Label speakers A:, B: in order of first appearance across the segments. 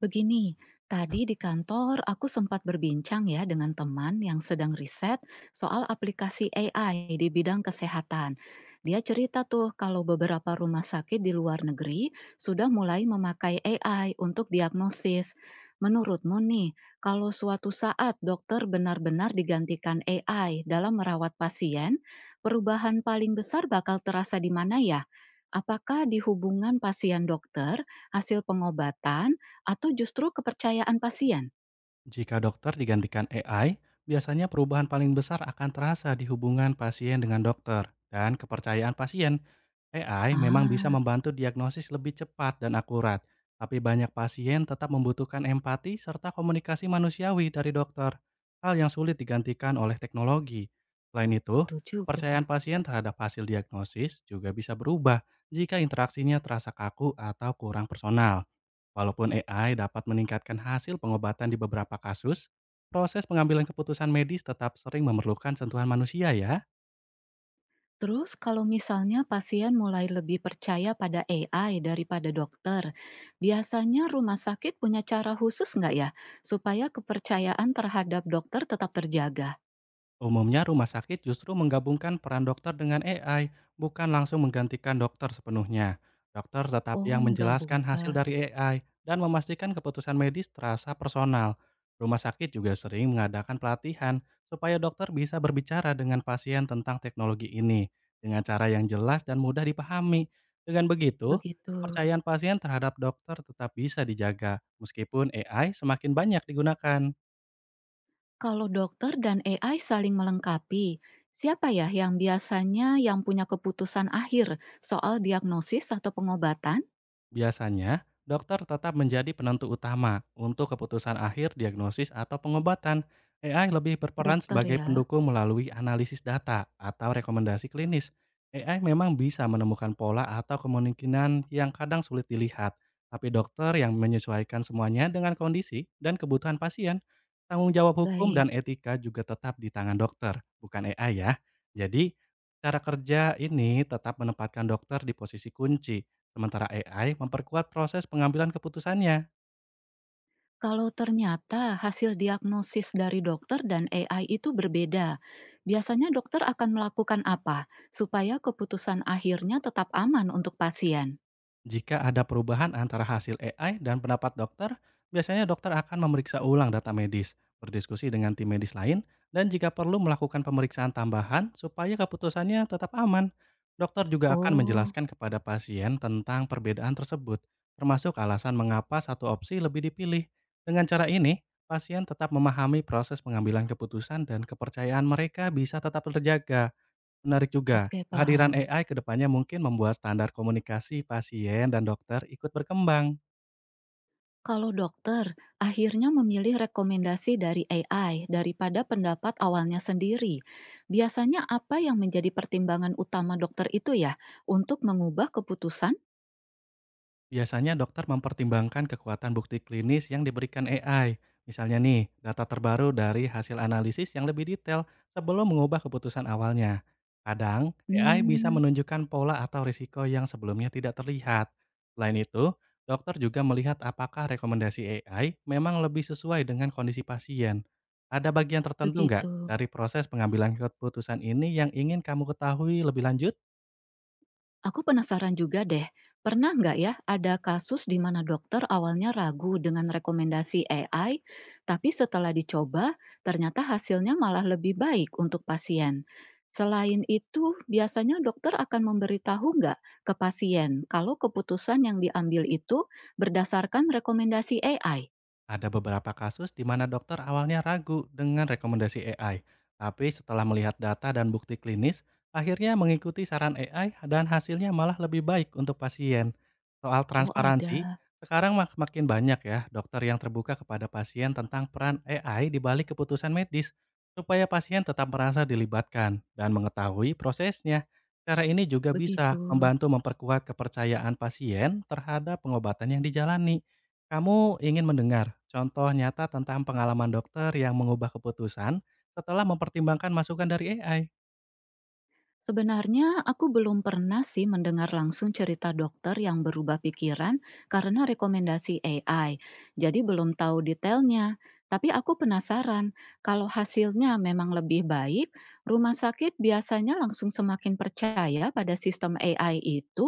A: Begini, tadi di kantor aku sempat berbincang ya dengan teman yang sedang riset soal aplikasi AI di bidang kesehatan. Dia cerita tuh kalau beberapa rumah sakit di luar negeri sudah mulai memakai AI untuk diagnosis. Menurutmu nih, kalau suatu saat dokter benar-benar digantikan AI dalam merawat pasien, perubahan paling besar bakal terasa di mana ya? Apakah di hubungan pasien dokter, hasil pengobatan, atau justru kepercayaan pasien?
B: Jika dokter digantikan AI, biasanya perubahan paling besar akan terasa di hubungan pasien dengan dokter dan kepercayaan pasien. AI memang bisa
A: Ah,
B: membantu diagnosis lebih cepat dan akurat, tapi banyak pasien tetap membutuhkan empati serta komunikasi manusiawi dari dokter, hal yang sulit digantikan oleh teknologi. Selain itu,
A: betul
B: kepercayaan
A: juga.
B: pasien terhadap hasil diagnosis juga bisa berubah jika interaksinya terasa kaku atau kurang personal. Walaupun AI dapat meningkatkan hasil pengobatan di beberapa kasus, proses pengambilan keputusan medis tetap sering memerlukan sentuhan manusia ya.
A: Terus kalau misalnya pasien mulai lebih percaya pada AI daripada dokter, biasanya rumah sakit punya cara khusus nggak ya supaya kepercayaan terhadap dokter tetap terjaga?
B: Umumnya rumah sakit justru menggabungkan peran dokter dengan AI, bukan langsung menggantikan dokter sepenuhnya. Dokter tetap
A: Oh,
B: yang menjelaskan hasil
A: menggabungkan.
B: dari AI dan memastikan keputusan medis terasa personal. Rumah sakit juga sering mengadakan pelatihan supaya dokter bisa berbicara dengan pasien tentang teknologi ini dengan cara yang jelas dan mudah dipahami. Dengan begitu,
A: Begitu.
B: kepercayaan pasien terhadap dokter tetap bisa dijaga meskipun AI semakin banyak digunakan.
A: Kalau dokter dan AI saling melengkapi, siapa ya yang biasanya yang punya keputusan akhir soal diagnosis atau pengobatan?
B: Biasanya, dokter tetap menjadi penentu utama untuk keputusan akhir diagnosis atau pengobatan. AI lebih berperan
A: Dokter
B: sebagai
A: ya.
B: pendukung melalui analisis data atau rekomendasi klinis. AI memang bisa menemukan pola atau kemungkinan yang kadang sulit dilihat, tapi dokter yang menyesuaikan semuanya dengan kondisi dan kebutuhan pasien. Tanggung jawab hukum dan
A: Baik.
B: etika juga tetap di tangan dokter, bukan AI ya. Jadi, cara kerja ini tetap menempatkan dokter di posisi kunci sementara AI memperkuat proses pengambilan keputusannya.
A: Kalau ternyata hasil diagnosis dari dokter dan AI itu berbeda, biasanya dokter akan melakukan apa supaya keputusan akhirnya tetap aman untuk pasien?
B: Jika ada perubahan antara hasil AI dan pendapat dokter, biasanya dokter akan memeriksa ulang data medis, berdiskusi dengan tim medis lain, dan jika perlu melakukan pemeriksaan tambahan supaya keputusannya tetap aman. Dokter juga akan
A: Oh,
B: menjelaskan kepada pasien tentang perbedaan tersebut, termasuk alasan mengapa satu opsi lebih dipilih. Dengan cara ini, pasien tetap memahami proses pengambilan keputusan dan kepercayaan mereka bisa tetap terjaga. Menarik juga.
A: oke,
B: Kehadiran
A: paham.
B: AI ke depannya mungkin membuat standar komunikasi pasien dan dokter ikut berkembang.
A: Kalau dokter akhirnya memilih rekomendasi dari AI daripada pendapat awalnya sendiri, biasanya apa yang menjadi pertimbangan utama dokter itu ya untuk mengubah keputusan?
B: Biasanya dokter mempertimbangkan kekuatan bukti klinis yang diberikan AI. Misalnya nih, data terbaru dari hasil analisis yang lebih detail sebelum mengubah keputusan awalnya. Kadang, AI bisa
A: Hmm,
B: menunjukkan pola atau risiko yang sebelumnya tidak terlihat. Selain itu, dokter juga melihat apakah rekomendasi AI memang lebih sesuai dengan kondisi pasien. Ada bagian tertentu nggak
A: Begitu.
B: dari proses pengambilan keputusan ini yang ingin kamu ketahui lebih lanjut?
A: Aku penasaran juga deh, pernah nggak ya ada kasus di mana dokter awalnya ragu dengan rekomendasi AI, tapi setelah dicoba ternyata hasilnya malah lebih baik untuk pasien. Selain itu, biasanya dokter akan memberitahu nggak ke pasien kalau keputusan yang diambil itu berdasarkan rekomendasi AI?
B: Ada beberapa kasus di mana dokter awalnya ragu dengan rekomendasi AI, tapi setelah melihat data dan bukti klinis, akhirnya mengikuti saran AI dan hasilnya malah lebih baik untuk pasien. Soal
A: Oh
B: transparansi,
A: ada,
B: sekarang makin banyak ya dokter yang terbuka kepada pasien tentang peran AI di balik keputusan medis, supaya pasien tetap merasa dilibatkan dan mengetahui prosesnya. Cara ini juga bisa
A: begitu.
B: membantu memperkuat kepercayaan pasien terhadap pengobatan yang dijalani. Kamu ingin mendengar contoh nyata tentang pengalaman dokter yang mengubah keputusan setelah mempertimbangkan masukan dari AI?
A: Sebenarnya aku belum pernah sih mendengar langsung cerita dokter yang berubah pikiran karena rekomendasi AI. Jadi belum tahu detailnya. Tapi aku penasaran, kalau hasilnya memang lebih baik, rumah sakit biasanya langsung semakin percaya pada sistem AI itu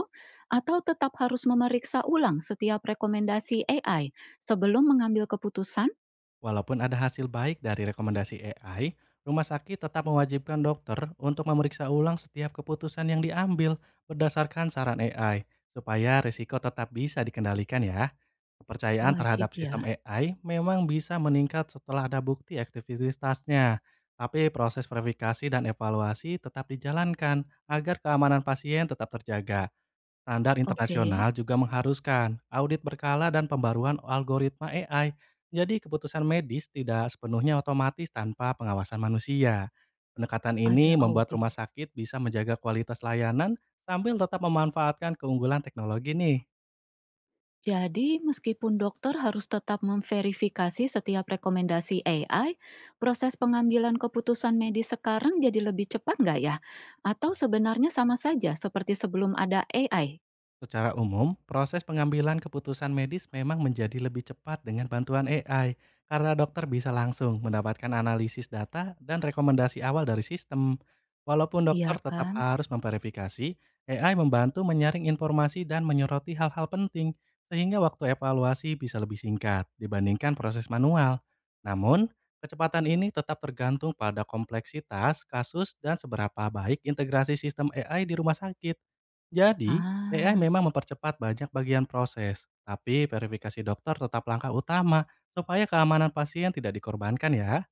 A: atau tetap harus memeriksa ulang setiap rekomendasi AI sebelum mengambil keputusan?
B: Walaupun ada hasil baik dari rekomendasi AI, rumah sakit tetap mewajibkan dokter untuk memeriksa ulang setiap keputusan yang diambil berdasarkan saran AI, supaya risiko tetap bisa dikendalikan ya. Kepercayaan
A: Wajib
B: terhadap
A: ya.
B: sistem AI memang bisa meningkat setelah ada bukti aktivitasnya, tapi proses verifikasi dan evaluasi tetap dijalankan agar keamanan pasien tetap terjaga. Standar
A: Oke,
B: internasional juga mengharuskan audit berkala dan pembaruan algoritma AI. Jadi keputusan medis tidak sepenuhnya otomatis tanpa pengawasan manusia. Pendekatan ini
A: ada
B: membuat rumah
A: audit.
B: sakit bisa menjaga kualitas layanan sambil tetap memanfaatkan keunggulan teknologi nih.
A: Jadi, meskipun dokter harus tetap memverifikasi setiap rekomendasi AI, proses pengambilan keputusan medis sekarang jadi lebih cepat nggak ya? Atau sebenarnya sama saja seperti sebelum ada AI?
B: Secara umum, proses pengambilan keputusan medis memang menjadi lebih cepat dengan bantuan AI karena dokter bisa langsung mendapatkan analisis data dan rekomendasi awal dari sistem. Walaupun
A: Iya
B: dokter tetap
A: kan?
B: harus memverifikasi, AI membantu menyaring informasi dan menyoroti hal-hal penting sehingga waktu evaluasi bisa lebih singkat dibandingkan proses manual. Namun, kecepatan ini tetap tergantung pada kompleksitas kasus dan seberapa baik integrasi sistem AI di rumah sakit. Jadi, AI
A: Ah.
B: memang mempercepat banyak bagian proses, tapi verifikasi dokter tetap langkah utama supaya keamanan pasien tidak dikorbankan ya.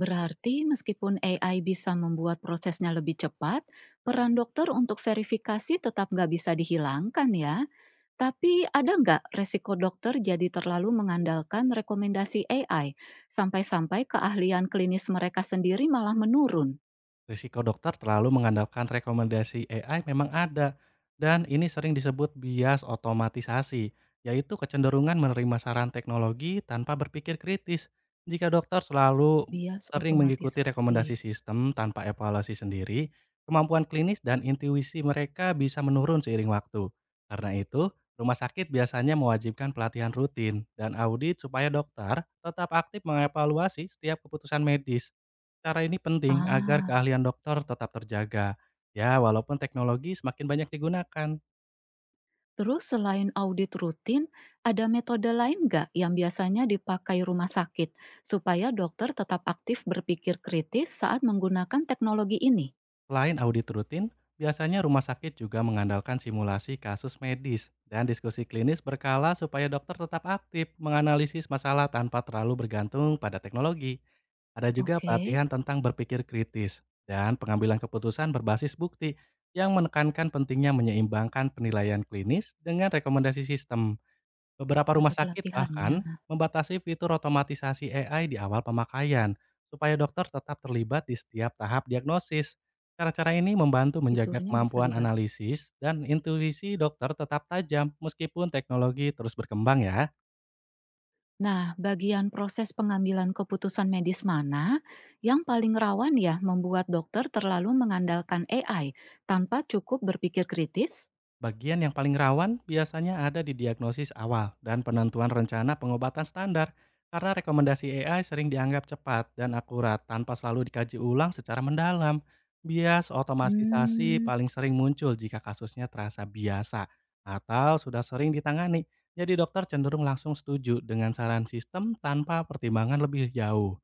A: Berarti meskipun AI bisa membuat prosesnya lebih cepat, peran dokter untuk verifikasi tetap nggak bisa dihilangkan ya. Tapi ada nggak resiko dokter jadi terlalu mengandalkan rekomendasi AI sampai-sampai keahlian klinis mereka sendiri malah menurun?
B: Risiko dokter terlalu mengandalkan rekomendasi AI memang ada, dan ini sering disebut bias otomatisasi, yaitu kecenderungan menerima saran teknologi tanpa berpikir kritis. Jika dokter selalu
A: Bias
B: sering mengikuti
A: otomatisasi.
B: rekomendasi sistem tanpa evaluasi sendiri, kemampuan klinis dan intuisi mereka bisa menurun seiring waktu. Karena itu, rumah sakit biasanya mewajibkan pelatihan rutin dan audit supaya dokter tetap aktif mengevaluasi setiap keputusan medis. Cara ini penting agar
A: Ah.
B: keahlian dokter tetap terjaga. Ya, walaupun teknologi semakin banyak digunakan.
A: Terus selain audit rutin, ada metode lain nggak yang biasanya dipakai rumah sakit supaya dokter tetap aktif berpikir kritis saat menggunakan teknologi ini?
B: Selain audit rutin, biasanya rumah sakit juga mengandalkan simulasi kasus medis dan diskusi klinis berkala supaya dokter tetap aktif menganalisis masalah tanpa terlalu bergantung pada teknologi. Ada juga
A: Oke,
B: pelatihan tentang berpikir kritis dan pengambilan keputusan berbasis bukti yang menekankan pentingnya menyeimbangkan penilaian klinis dengan rekomendasi sistem. Beberapa rumah
A: ada
B: sakit
A: pelatihannya.
B: bahkan membatasi fitur otomatisasi AI di awal pemakaian, supaya dokter tetap terlibat di setiap tahap diagnosis. Cara-cara ini membantu menjaga
A: Fiturnya bisa
B: kemampuan
A: dibatasi.
B: analisis dan intuisi dokter tetap tajam meskipun teknologi terus berkembang ya.
A: Nah, bagian proses pengambilan keputusan medis mana yang paling rawan ya membuat dokter terlalu mengandalkan AI tanpa cukup berpikir kritis?
B: Bagian yang paling rawan biasanya ada di diagnosis awal dan penentuan rencana pengobatan standar karena rekomendasi AI sering dianggap cepat dan akurat tanpa selalu dikaji ulang secara mendalam. Bias otomatisasi
A: Hmm,
B: paling sering muncul jika kasusnya terasa biasa atau sudah sering ditangani. Jadi dokter cenderung langsung setuju dengan saran sistem tanpa pertimbangan lebih jauh.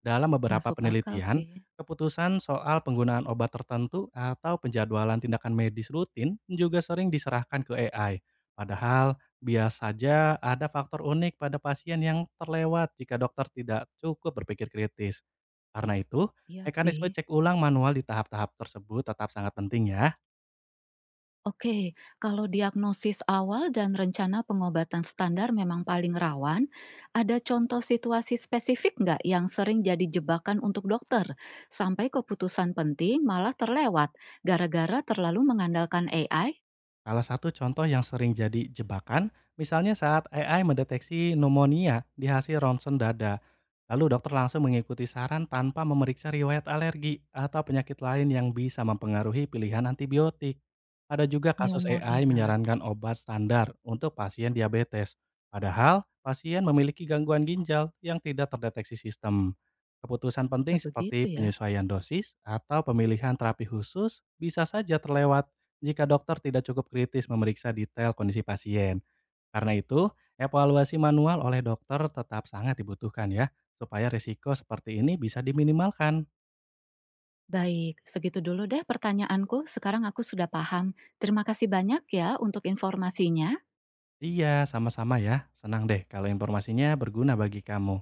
B: Dalam beberapa
A: masuk akal
B: penelitian,
A: sih.
B: keputusan soal penggunaan obat tertentu atau penjadwalan tindakan medis rutin juga sering diserahkan ke AI. Padahal, biasa saja ada faktor unik pada pasien yang terlewat jika dokter tidak cukup berpikir kritis. Karena itu,
A: Iya sih.
B: mekanisme cek ulang manual di tahap-tahap tersebut tetap sangat penting ya.
A: Oke, kalau diagnosis awal dan rencana pengobatan standar memang paling rawan, ada contoh situasi spesifik nggak yang sering jadi jebakan untuk dokter? Sampai keputusan penting malah terlewat gara-gara terlalu mengandalkan AI?
B: Salah satu contoh yang sering jadi jebakan, misalnya saat AI mendeteksi pneumonia di hasil ronsen dada. Lalu dokter langsung mengikuti saran tanpa memeriksa riwayat alergi atau penyakit lain yang bisa mempengaruhi pilihan antibiotik. Ada juga kasus AI
A: Pneumonia,
B: menyarankan obat standar untuk pasien diabetes, padahal pasien memiliki gangguan ginjal yang tidak terdeteksi sistem. Keputusan
A: bisa
B: penting
A: begitu
B: seperti
A: ya?
B: penyesuaian dosis atau pemilihan terapi khusus bisa saja terlewat jika dokter tidak cukup kritis memeriksa detail kondisi pasien. Karena itu, evaluasi manual oleh dokter tetap sangat dibutuhkan ya, supaya risiko seperti ini bisa diminimalkan.
A: Baik, segitu dulu deh pertanyaanku. Sekarang aku sudah paham. Terima kasih banyak ya untuk informasinya.
B: Iya, sama-sama ya. Senang deh kalau informasinya berguna bagi kamu.